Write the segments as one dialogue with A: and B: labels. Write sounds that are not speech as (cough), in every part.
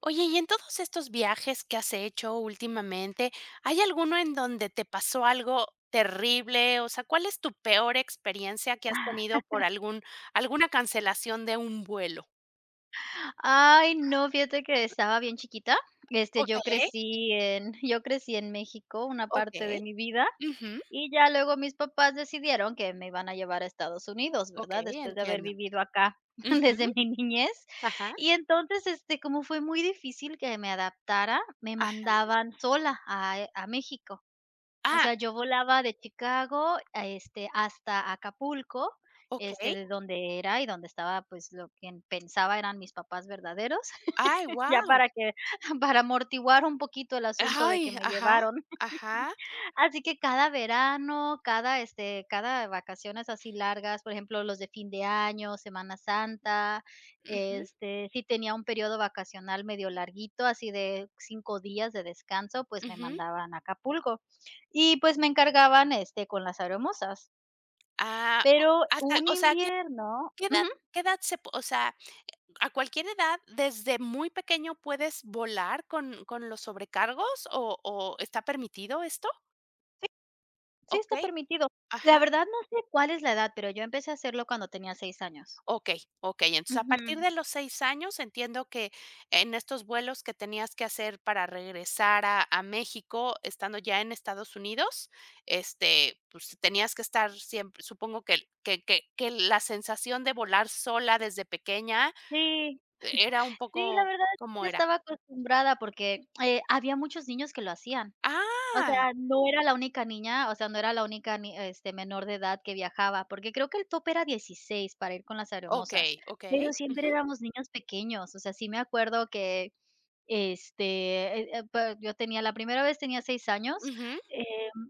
A: Oye, y en todos estos viajes que has hecho últimamente, ¿hay alguno en donde te pasó algo terrible? O sea, ¿cuál es tu peor experiencia que has tenido por algún alguna cancelación de un vuelo?
B: Ay, no, fíjate que estaba bien chiquita.
A: ¿Ok?
B: Yo crecí en (laughs) yo crecí en México una
A: ¿Ok?
B: parte de mi vida,
A: Ujú.
B: y ya luego mis papás decidieron que me iban a llevar a Estados Unidos,
A: ¿Ok?
B: ¿verdad? Después de haber
A: Entiendo.
B: vivido acá (laughs) desde
A: Ujú.
B: mi niñez.
A: Ajá,
B: Y entonces, como fue muy difícil que me adaptara, me
A: ajá.
B: mandaban sola a México. O
A: Ah,
B: sea, yo volaba de Chicago, a hasta Acapulco,
A: ¿Ok?
B: de donde era y donde estaba, pues, lo que pensaba eran mis papás verdaderos.
A: Ay,
B: Ya
A: guau.
B: para que (laughs) para amortiguar un poquito el asunto de que
A: Ay,
B: me
A: ajá,
B: llevaron.
A: ajá.
B: Así que cada verano, cada, cada vacaciones así largas, por ejemplo, los de fin de año, Semana Santa,
A: Ujú,
B: si tenía un periodo vacacional medio larguito, así de 5 días de descanso, pues me
A: ujú.
B: mandaban a Acapulco. Y pues me encargaban, con las aeromosas.
A: Ah, o
B: Pero
A: hasta,
B: un
A: o sea, ¿qué
B: invierno ujú,
A: qué edad se po o sea, a cualquier edad, desde muy pequeño, puedes volar con los sobrecargos, ¿está permitido esto?
B: sí
A: ¿Ok?
B: está permitido. La
A: Ajá.
B: verdad no sé cuál es la edad, pero yo empecé a hacerlo cuando tenía 6 años.
A: Ok, ok. Entonces, a partir
B: Ujú.
A: de los 6 años, entiendo que en estos vuelos que tenías que hacer para regresar a México, estando ya en Estados Unidos, pues, tenías que estar siempre, supongo que la sensación de volar sola desde pequeña
B: Sí,
A: era un
B: sí, la
A: poco,
B: verdad es que
A: ¿cómo
B: ya
A: era?
B: estaba acostumbrada porque, había muchos niños que lo hacían. O
A: Ah,
B: sea, no era la única niña, o sea, no era la única ni menor de edad que viajaba, porque creo que el tope era 16 para ir con las
A: ok,
B: aeromosas,
A: ok.
B: pero siempre éramos niños pequeños. O sea, sí me acuerdo que Este, pa yo tenía la primera vez tenía 6 años,
A: Ujú,
B: em,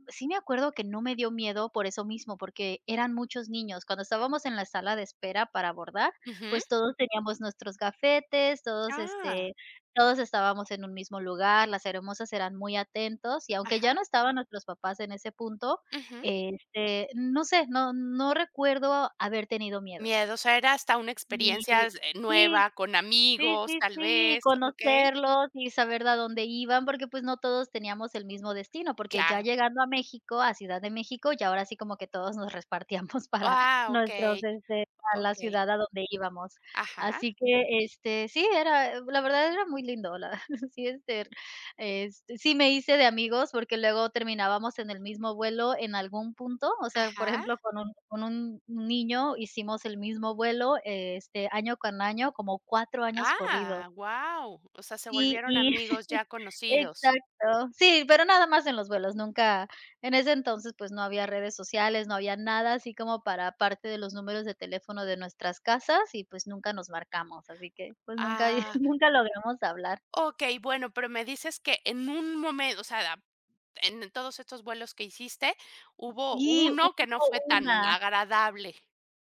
B: sí me acuerdo que no me dio miedo por eso mismo, porque eran muchos niños. Cuando estábamos en la sala de espera para abordar,
A: ujú.
B: pues todos teníamos nuestros gafetes, todos,
A: Ah,
B: todos estábamos en un mismo lugar, las hermosas eran muy atentos y aunque ya
A: ajá.
B: no estaban nuestros papás en ese punto,
A: Ujú.
B: no sé, no recuerdo haber tenido miedo.
A: Miedo, o sea, era hasta una
B: Y
A: experiencia,
B: sí.
A: nueva, con
B: Sí,
A: amigos,
B: sí,
A: tal
B: sí, y
A: vez, okey.
B: conocerlos y saber de a dónde iban, porque, pues, no todos teníamos el mismo destino, porque ya
A: Claro.
B: llegando a México, a Ciudad de México, ya ahora sí como que todos nos repartíamos (laughs) para
A: Ah,
B: nuestros,
A: okey,
B: a la
A: okey.
B: ciudad a donde íbamos.
A: Ajá,
B: Así que, sí, era la verdad era muy lindo, la (laughs) sí, sí me hice de amigos, porque luego terminábamos en el mismo vuelo en algún punto, o sea, por
A: ajá.
B: ejemplo, con un niño hicimos el mismo vuelo, año con año, como 4 años corridos.
A: Ah, wow. O sea, se
B: Sí,
A: volvieron
B: y
A: amigos
B: (laughs)
A: ya conocidos.
B: exacto. Sí, pero nada más en los vuelos, nunca en ese entonces, pues, no había redes sociales, no había nada así como para parte de los números de teléfono de nuestras casas y, pues, nunca nos marcamos, así que, pues, nunca (laughs)
A: Ah,
B: nunca logramos hablar.
A: okey, bueno, pero me dices que en un momento, o sea, da en todos estos vuelos que hiciste, hubo
B: Sí, hubo
A: uno que no fue tan
B: una.
A: agradable.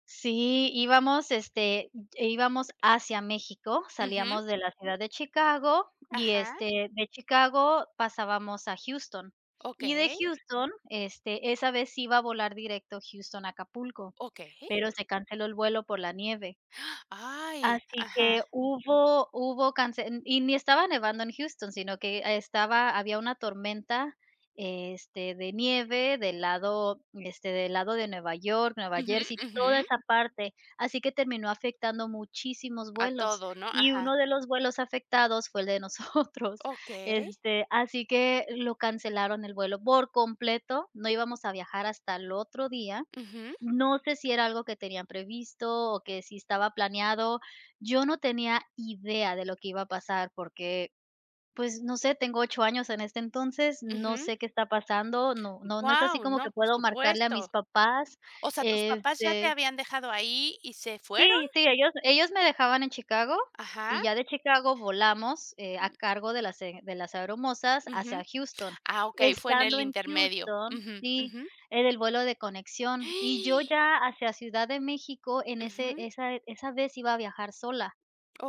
B: Sí, íbamos, e íbamos hacia México,
A: Ujú.
B: salíamos de la ciudad de Chicago y,
A: Ajá.
B: de Chicago pasábamos a Houston, y de
A: Okey,
B: Houston, esa vez iba a volar directo Houston a Acapulco,
A: okey.
B: pero se canceló el vuelo por la nieve.
A: Ay,
B: Así
A: ajá.
B: que hubo cance y ni estaba nevando en Houston, sino que estaba había una tormenta, de nieve del lado, del lado de Nueva York, Nueva
A: Ujú,
B: Jersey,
A: ujú.
B: toda esa parte. Así que terminó afectando muchísimos
A: A
B: vuelos,
A: todo, ¿no?
B: y
A: Ajá.
B: uno de los vuelos afectados fue el de nosotros. (laughs)
A: Okey.
B: Así que lo cancelaron el vuelo por completo, no íbamos a viajar hasta el otro día,
A: Ujú,
B: no sé si era algo que tenían previsto o que si estaba planeado. Yo no tenía idea de lo que iba a pasar porque, pues, no sé, tengo 8 años en este entonces, no
A: ujú.
B: sé qué está pasando, no es así
A: Guau,
B: como que
A: no, por
B: puedo marcarle a mis
A: supuesto.
B: papás,
A: O sea, tus papás ya te
B: este,
A: habían dejado ahí y se fueron.
B: sí, sí, ellos me dejaban en Chicago,
A: Ajá.
B: y ya de Chicago volamos, a cargo de las e de las aeromosas
A: Ujú.
B: hacia Houston.
A: Ah, okey, fue en el
B: Estando en
A: intermedio.
B: Houston
A: Ujú,
B: sí,
A: ujú.
B: era el vuelo de conexión, y yo ya hacia Ciudad de México en ese
A: Ujú,
B: esa vez iba a viajar sola,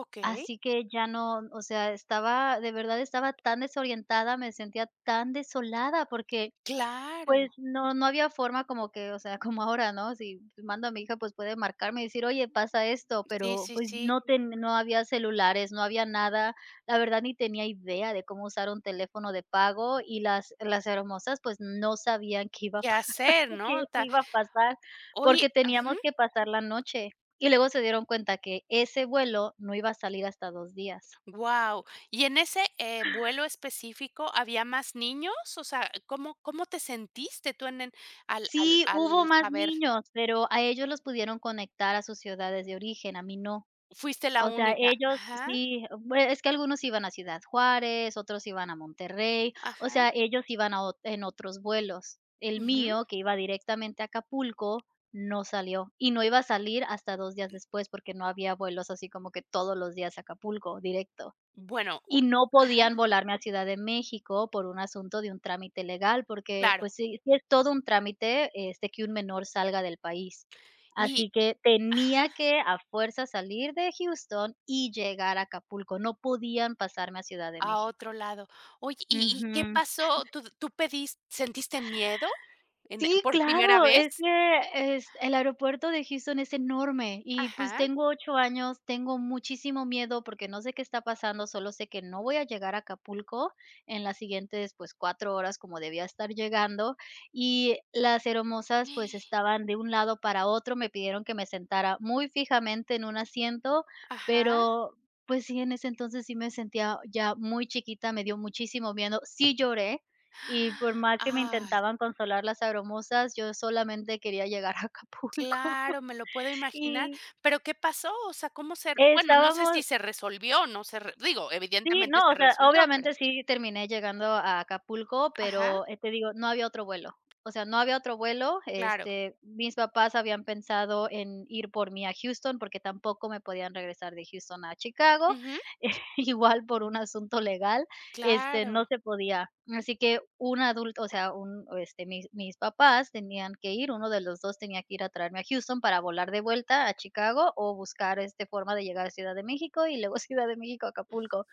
A: okey.
B: así que ya no, o sea, estaba de verdad estaba tan desorientada, me sentía tan desolada, porque
A: Claro.
B: pues no, no había forma como que, o sea, (laughs) como ahora, ¿no? Si mando a mi hija, pues puede marcarme y decir, oye, pasa esto,
A: Sí,
B: pero
A: sí,
B: pues
A: sí.
B: no, ten, no había celulares, no había nada, la verdad ni tenía idea de cómo usar un teléfono de pago y las hermosas pues no sabían qué iba a,
A: ¿Qué
B: pa-
A: hacer,
B: (laughs) qué
A: no? Ta
B: iba a pasar
A: Oye,
B: porque teníamos
A: ujú.
B: que pasar la noche y luego se dieron cuenta que ese vuelo no iba a salir hasta 2 días.
A: Wow. Y en ese, vuelo específico, ¿había más niños? O sea, ¿cómo te sentiste tú en al al
B: Sí, hubo
A: al
B: más
A: saber?
B: niños, pero a ellos los pudieron conectar a sus ciudades de origen, a mí no.
A: Fuiste la
B: O sea,
A: única.
B: ellos
A: Ajá,
B: sí, bue es que algunos iban a Ciudad Juárez, otros iban a Monterrey, o
A: ajá,
B: sea, ellos iban a ot en otros vuelos. El
A: ujú.
B: mío, que iba directamente a Acapulco, no salió, y no iba a salir hasta 2 días después, porque no había vuelos así como que todos los días a Acapulco, directo.
A: Bueno,
B: Y
A: o
B: no podían volarme a Ciudad de México por un asunto de un trámite legal, porque,
A: claro.
B: pues, sí es todo un trámite, que un menor salga del país.
A: Y
B: Así que
A: ajá,
B: tenía que a fuerza salir de Houston y llegar a Acapulco, no podían pasarme a Ciudad de
A: a otro
B: México.
A: lado. Oye, ¿y qué
B: Ujú.
A: pasó? ¿Tú tú pedis sentiste miedo en
B: Sí,
A: por primera
B: claro,
A: vez?
B: es que es el aeropuerto de Houston es enorme y pues
A: Ajá.
B: tengo 8 años, tengo muchísimo miedo porque no sé qué está pasando, solo sé que no voy a llegar a Acapulco en las siguientes, pues 4 horas como debía estar llegando y las hermosas pues
A: (gasps)
B: estaban de un lado para otro, me pidieron que me sentara muy fijamente en un asiento,
A: Ajá.
B: pero pues sí, en ese entonces sí me sentía ya muy chiquita, me dio muchísimo miedo, sí lloré, y por
A: (gasps)
B: más que me
A: Ah.
B: intentaban consolar las abromosas, yo solamente quería llegar a Acapulco. (laughs)
A: Claro, me lo puedo imaginar,
B: Y
A: pero, ¿qué pasó? O sea, ¿cómo se bueno, no sé
B: estábamos
A: si se resolvió, no se re digo,
B: Sí,
A: evidentemente
B: no,
A: se
B: o sea,
A: resolvió, pero
B: obviamente sí terminé llegando a Acapulco,
A: ajá,
B: pero, te digo, no había otro vuelo. O sea, no había otro vuelo,
A: claro.
B: mis papás habían pensado en ir por mí a Houston, porque tampoco me podían regresar de Houston a Chicago,
A: Ujú,
B: (laughs) igual por un asunto legal,
A: claro.
B: no se podía. Así que un adulto, o sea, mis papás tenían que ir, uno de los 2 tenía que ir a traerme a Houston para volar de vuelta a Chicago o buscar, forma de llegar a Ciudad de México y luego (laughs) Ciudad de México a Acapulco.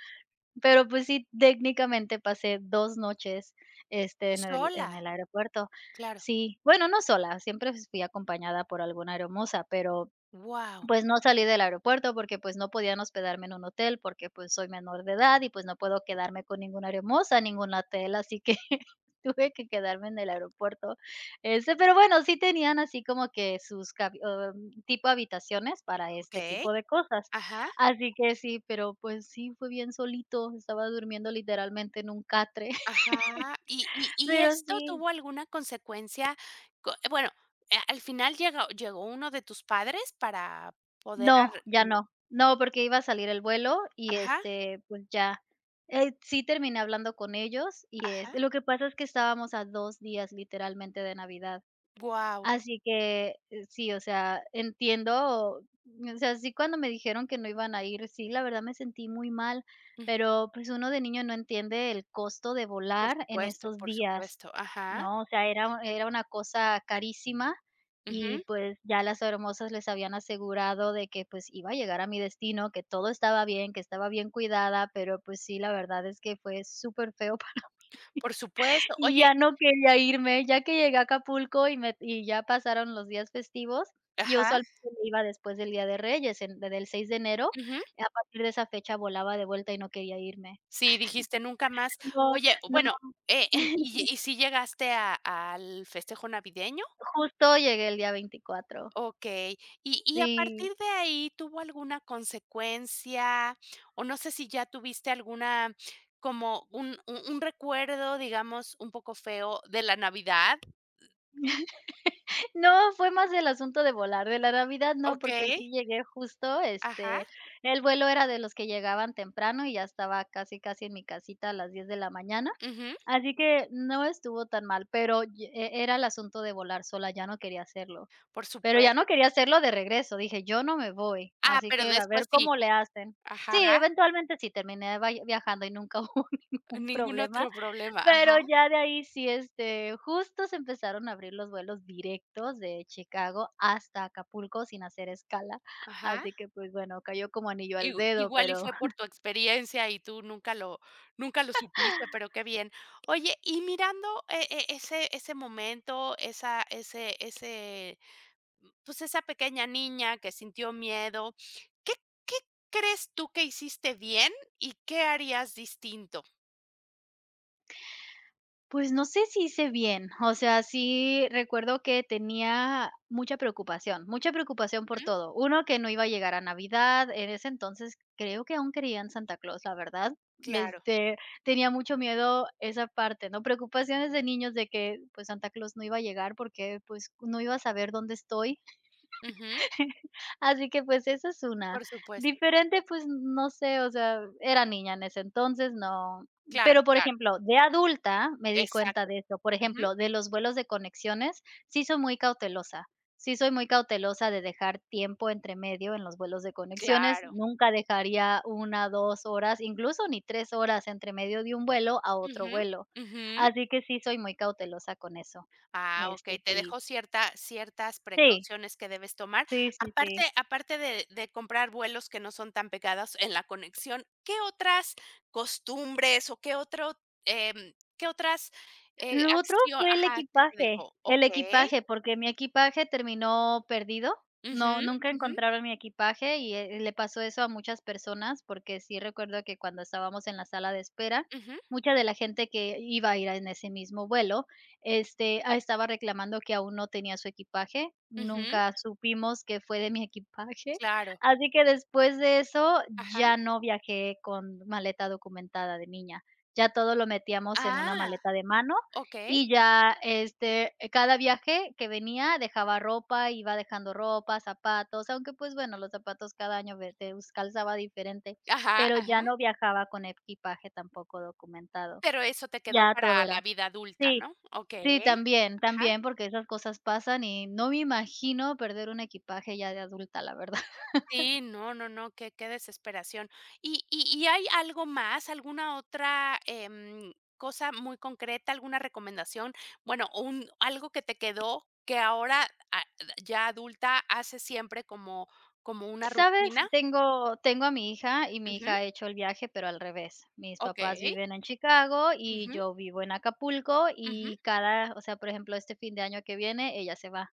B: Pero, pues sí, técnicamente pasé 2 noches, en el
A: Sola,
B: aeropuerto.
A: claro.
B: Sí, bueno, no sola, siempre fui acompañada por alguna hermosa, pero
A: Wow.
B: pues no salí del aeropuerto porque, pues, no podían hospedarme en un hotel porque, pues, soy menor de edad y, pues, no puedo quedarme con ninguna hermosa, ningún hotel, así que (laughs) tuve que quedarme en el aeropuerto, ese pero bueno, sí tenían así como que sus tipo habitaciones para este
A: Okey.
B: tipo de cosas,
A: Ajá,
B: así que sí, pero, pues sí, fue bien solito, estaba durmiendo literalmente en un catre, (laughs)
A: ajá. ¿Y
B: pero
A: esto
B: sí.
A: tuvo alguna consecuencia? Co Bueno, al final llega llegó uno de tus padres para poder
B: No,
A: arre
B: ya
A: no.
B: no. No, porque iba a salir el vuelo y,
A: Ajá,
B: pues ya, sí terminé hablando con ellos y,
A: ajá.
B: lo que pasa es que estábamos a 2 días literalmente de Navidad.
A: Wow.
B: Así que, sí, o sea, entiendo, o sea, sí cuando me dijeron que no iban a ir, sí, la verdad me sentí muy mal, pero, pues, uno de niño no entiende el costo de
A: Por
B: volar en
A: supuesto,
B: esos
A: por
B: días.
A: supuesto. Ajá.
B: No, o sea, era una cosa carísima y,
A: Ujú.
B: pues, ya las hermosas les habían asegurado de que, pues, iba a llegar a mi destino, que todo estaba bien, que estaba bien cuidada, pero, pues, sí, la verdad es que fue superfeo feo
A: Por
B: (laughs)
A: supuesto.
B: y
A: Oye,
B: ya no quería irme, ya que llegué a Acapulco y me y ya pasaron los días festivos, yo
A: ajá,
B: usualmente me iba después del Día de Reyes, en desde el 6 de enero,
A: ujú.
B: a partir de esa fecha volaba de vuelta y no quería irme.
A: Sí, dijiste nunca más.
B: No,
A: Oye,
B: no,
A: bueno, en ¿y
B: (laughs)
A: y si llegaste a al festejo navideño?
B: justo llegué el día 24.
A: Okey. Y a
B: Sí.
A: partir de ahí, ¿tuvo alguna consecuencia? O no sé si ya tuviste alguna, como un recuerdo, digamos, un poco feo de la Navidad.
B: No, fue más el asunto de volar, de la Navidad no, porque
A: Okey,
B: sí llegué justo,
A: ajá,
B: el vuelo era de los que llegaban temprano y ya estaba casi, casi en mi casita a las 10 de la mañana,
A: ujú,
B: así que no estuvo tan mal, pero ye e era el asunto de volar sola, ya no quería hacerlo,
A: por
B: pero ya no
A: supuesto.
B: quería hacerlo de regreso, dije: "Yo no me voy,
A: Ah,
B: así
A: pero
B: que a
A: después
B: ver
A: sí.
B: cómo le hacen". Sí,
A: Ajá,
B: eventualmente sí terminé vai viajando y nunca (laughs) hubo ningún
A: ningún otro
B: problema.
A: problema.
B: Pero
A: Ajá,
B: ya de ahí sí, justo se empezaron a abrir los vuelos directos de Chicago hasta Acapulco sin hacer escala,
A: ajá.
B: así que, pues, bueno, cayó como anillo al dedo,
A: Igual y
B: pero
A: fue por tu experiencia y tú nunca lo supiste, pero qué bien. Oye, y mirando ese ese momento, esa ese ese, pues, esa pequeña niña que sintió miedo, ¿qué qué crees tú que hiciste bien y qué harías distinto?
B: pues no sé si hice bien, o sea, sí recuerdo que tenía mucha preocupación por
A: Ujú,
B: todo. Uno, que no iba a llegar a Navidad, en ese entonces creo que aún creía en Santa Claus, la verdad.
A: claro.
B: Este, tenía mucho miedo esa parte, ¿no? Preocupaciones de niños de que pues Santa Claus no iba a llegar porque pues no iba a saber dónde estoy.
A: Ujú,
B: (laughs) Así que, pues, esa es una.
A: por supuesto.
B: Diferente, pues, no sé, o sea, era niña en ese entonces, no,
A: Claro,
B: pero, por
A: claro.
B: ejemplo, de adulta me di cuenta
A: Exacto.
B: de eso. Por
A: Ujú,
B: ejemplo, de los vuelos de conexiones, sí soy muy cautelosa. Sí soy muy cautelosa de dejar tiempo entre medio en los vuelos de conexiones.
A: claro.
B: Nunca dejaría una 2 horas, incluso ni 3 horas entre medio de un vuelo a otro
A: Ujú,
B: vuelo.
A: ujú.
B: Así que sí soy muy cautelosa con eso.
A: Ah,
B: Este,
A: okey, te
B: sí.
A: dejó ciertas
B: Sí,
A: precauciones que debes tomar.
B: sí, sí, sí.
A: Aparte de comprar vuelos que no son tan pegados en la conexión, ¿qué otras costumbres o qué otro, qué otras,
B: Lo otro
A: acción,
B: fue
A: ajá, que te dejó?
B: el
A: Okey.
B: equipaje, porque mi equipaje terminó perdido.
A: Ujú,
B: No, nunca
A: ujú,
B: encontraron mi equipaje y, le pasó eso a muchas personas, porque sí recuerdo que cuando estábamos en la sala de espera,
A: ujú,
B: mucha de la gente que iba a ir en ese mismo vuelo, estaba reclamando que aún no tenía su equipaje.
A: ujú,
B: Nunca supimos que fue de mi equipaje.
A: claro.
B: Así que después de eso,
A: Ajá.
B: ya no viajé con maleta documentada de niña. Ya todo lo metíamos en una
A: Ah,
B: maleta de mano
A: okey.
B: y ya, cada viaje que venía dejaba ropa, iba dejando ropa, zapatos, aunque, pues, bueno, los zapatos cada año ve te us calzaba diferente,
A: Ajá,
B: pero ya
A: ajá.
B: no viajaba con equipaje tampoco documentado.
A: Pero eso te quedó
B: Ya todo
A: para la
B: era
A: vida adulta,
B: sí,
A: ¿no? Okey.
B: sí, también,
A: Ajá.
B: también, porque esas cosas pasan y no me imagino perder un equipaje ya de adulta, la verdad.
A: Sí, no, no, no, qué desesperación. ¿Y hay algo más, alguna otra, cosa muy concreta, alguna recomendación? Bueno, o un algo que te quedó que ahora, ah, ya adulta hace siempre como una
B: Sabes,
A: rutina.
B: tengo a mi hija y mi
A: Ujú,
B: hija ha hecho el viaje, pero al revés. Mis papás
A: okey.
B: viven en Chicago y
A: Ujú,
B: yo vivo en Acapulco
A: ujú.
B: y cada, o sea, por ejemplo, este fin de año que viene, ella se va.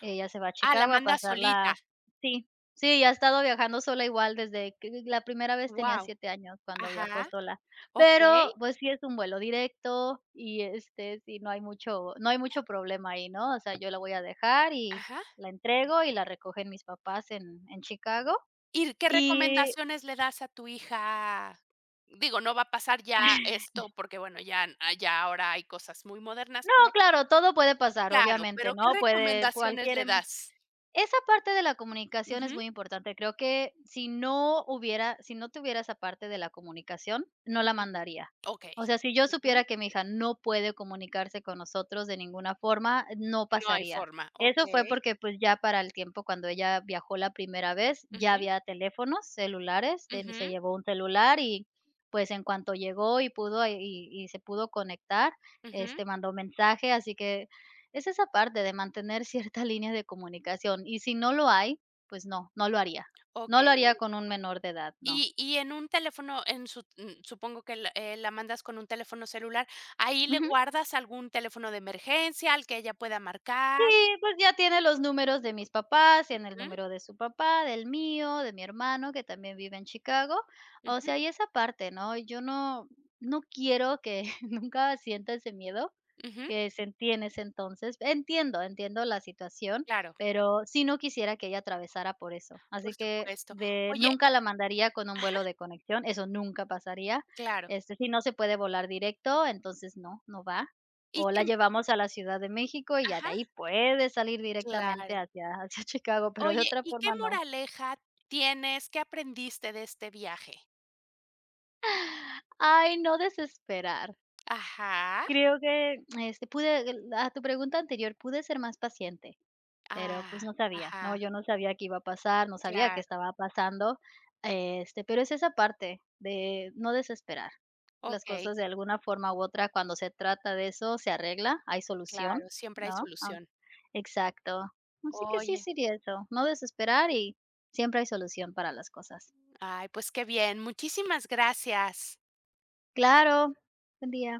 B: Ella se va a
A: Ah, la
B: Chicago a
A: manda
B: pasarla
A: solita.
B: sí, sí, ya ha estado viajando sola igual desde que la primera vez tenía
A: Wow.
B: 7 años cuando viajó
A: Ajá,
B: sola, pero,
A: okey,
B: pues, sí es un vuelo directo y, este, sí, no hay mucho problema ahí, ¿no? O sea, yo la voy a dejar y
A: ajá.
B: la entrego y la recogen mis papás en Chicago
A: ¿Y qué
B: y
A: recomendaciones le das a tu hija? Digo, no va a pasar ya
B: (laughs)
A: esto, porque bueno, ah, ya ahora hay cosas muy modernas,
B: no,
A: pero
B: claro, todo puede pasar,
A: claro,
B: obviamente,
A: pero, ¿qué
B: ¿no? Puede
A: recomendaciones
B: cualquier
A: le das?
B: esa parte de la comunicación
A: Ujú,
B: es muy importante. Creo que si no tuviera esa parte de la comunicación, no la
A: ujú,
B: mandaría.
A: okey,
B: O sea, si yo
A: ujú,
B: supiera que mi hija no puede comunicarse con nosotros de ninguna forma, no
A: no hay
B: pasaría.
A: forma,
B: Eso fue
A: okey,
B: porque, pues, ya para el tiempo cuando ella viajó la primera vez, ya
A: ujú,
B: había teléfonos celulares, se
A: ujú,
B: llevó un celular y, pues, en cuanto llegó y pudo y se pudo conectar,
A: ujú,
B: mandó mensaje, así que es esa parte de mantener ciertas líneas (laughs) de comunicación, y si no lo hay, pues no, no lo haría. No lo
A: okey.
B: haría con un menor de edad, no.
A: Y en un teléfono, supongo que la mandas con un teléfono celular, ¿ahí le
B: Ujú.
A: guardas algún teléfono de emergencia al que ella pueda
B: Sí,
A: marcar?
B: pues ya tiene los números de mis papás, tiene el
A: Ujú,
B: número de su papá, del mío, de mi hermano, que también vive en Chicago. O
A: ujú,
B: sea, y esa parte, ¿no? Yo no quiero que (laughs) nunca sienta ese miedo
A: ujú,
B: que sentí en ese entonces. Entiendo, entiendo la situación,
A: claro.
B: pero sí no quisiera que ella atravesara por eso. Así
A: Por
B: que
A: supuesto.
B: de
A: Oye,
B: nunca la mandaría con un
A: ajá,
B: vuelo de conexión, eso nunca pasaría.
A: claro.
B: Si no se puede volar directo, entonces no, no va.
A: ¿Y
B: O
A: qué?
B: la llevamos a la Ciudad de México y ya de
A: Ajá,
B: ahí puede salir directamente
A: claro.
B: hacia (laughs) hacia Chicago, pero de
A: Oye,
B: otra
A: ¿y qué
B: forma no.
A: moraleja tienes? ¿Qué aprendiste de este viaje?
B: Ay, no desesperar.
A: Ajá.
B: Creo que, este, pude a tu pregunta anterior, pude ser más paciente. Pero, pues,
A: Ah,
B: no sabía, ¿no?
A: ajá,
B: Yo no sabía qué iba a pasar, no sabía qué
A: claro.
B: estaba pasando, pero es esa parte de no desesperar. Las
A: Okey,
B: cosas de alguna forma u otra, cuando se trata de eso, se arregla, hay solución,
A: claro, siempre hay
B: ¿no? Aun
A: solución.
B: exacto. Así que sí
A: Oye,
B: sería eso, no desesperar y siempre hay solución para las cosas.
A: ay, pues qué bien. Muchísimas gracias.
B: Claro, buen día.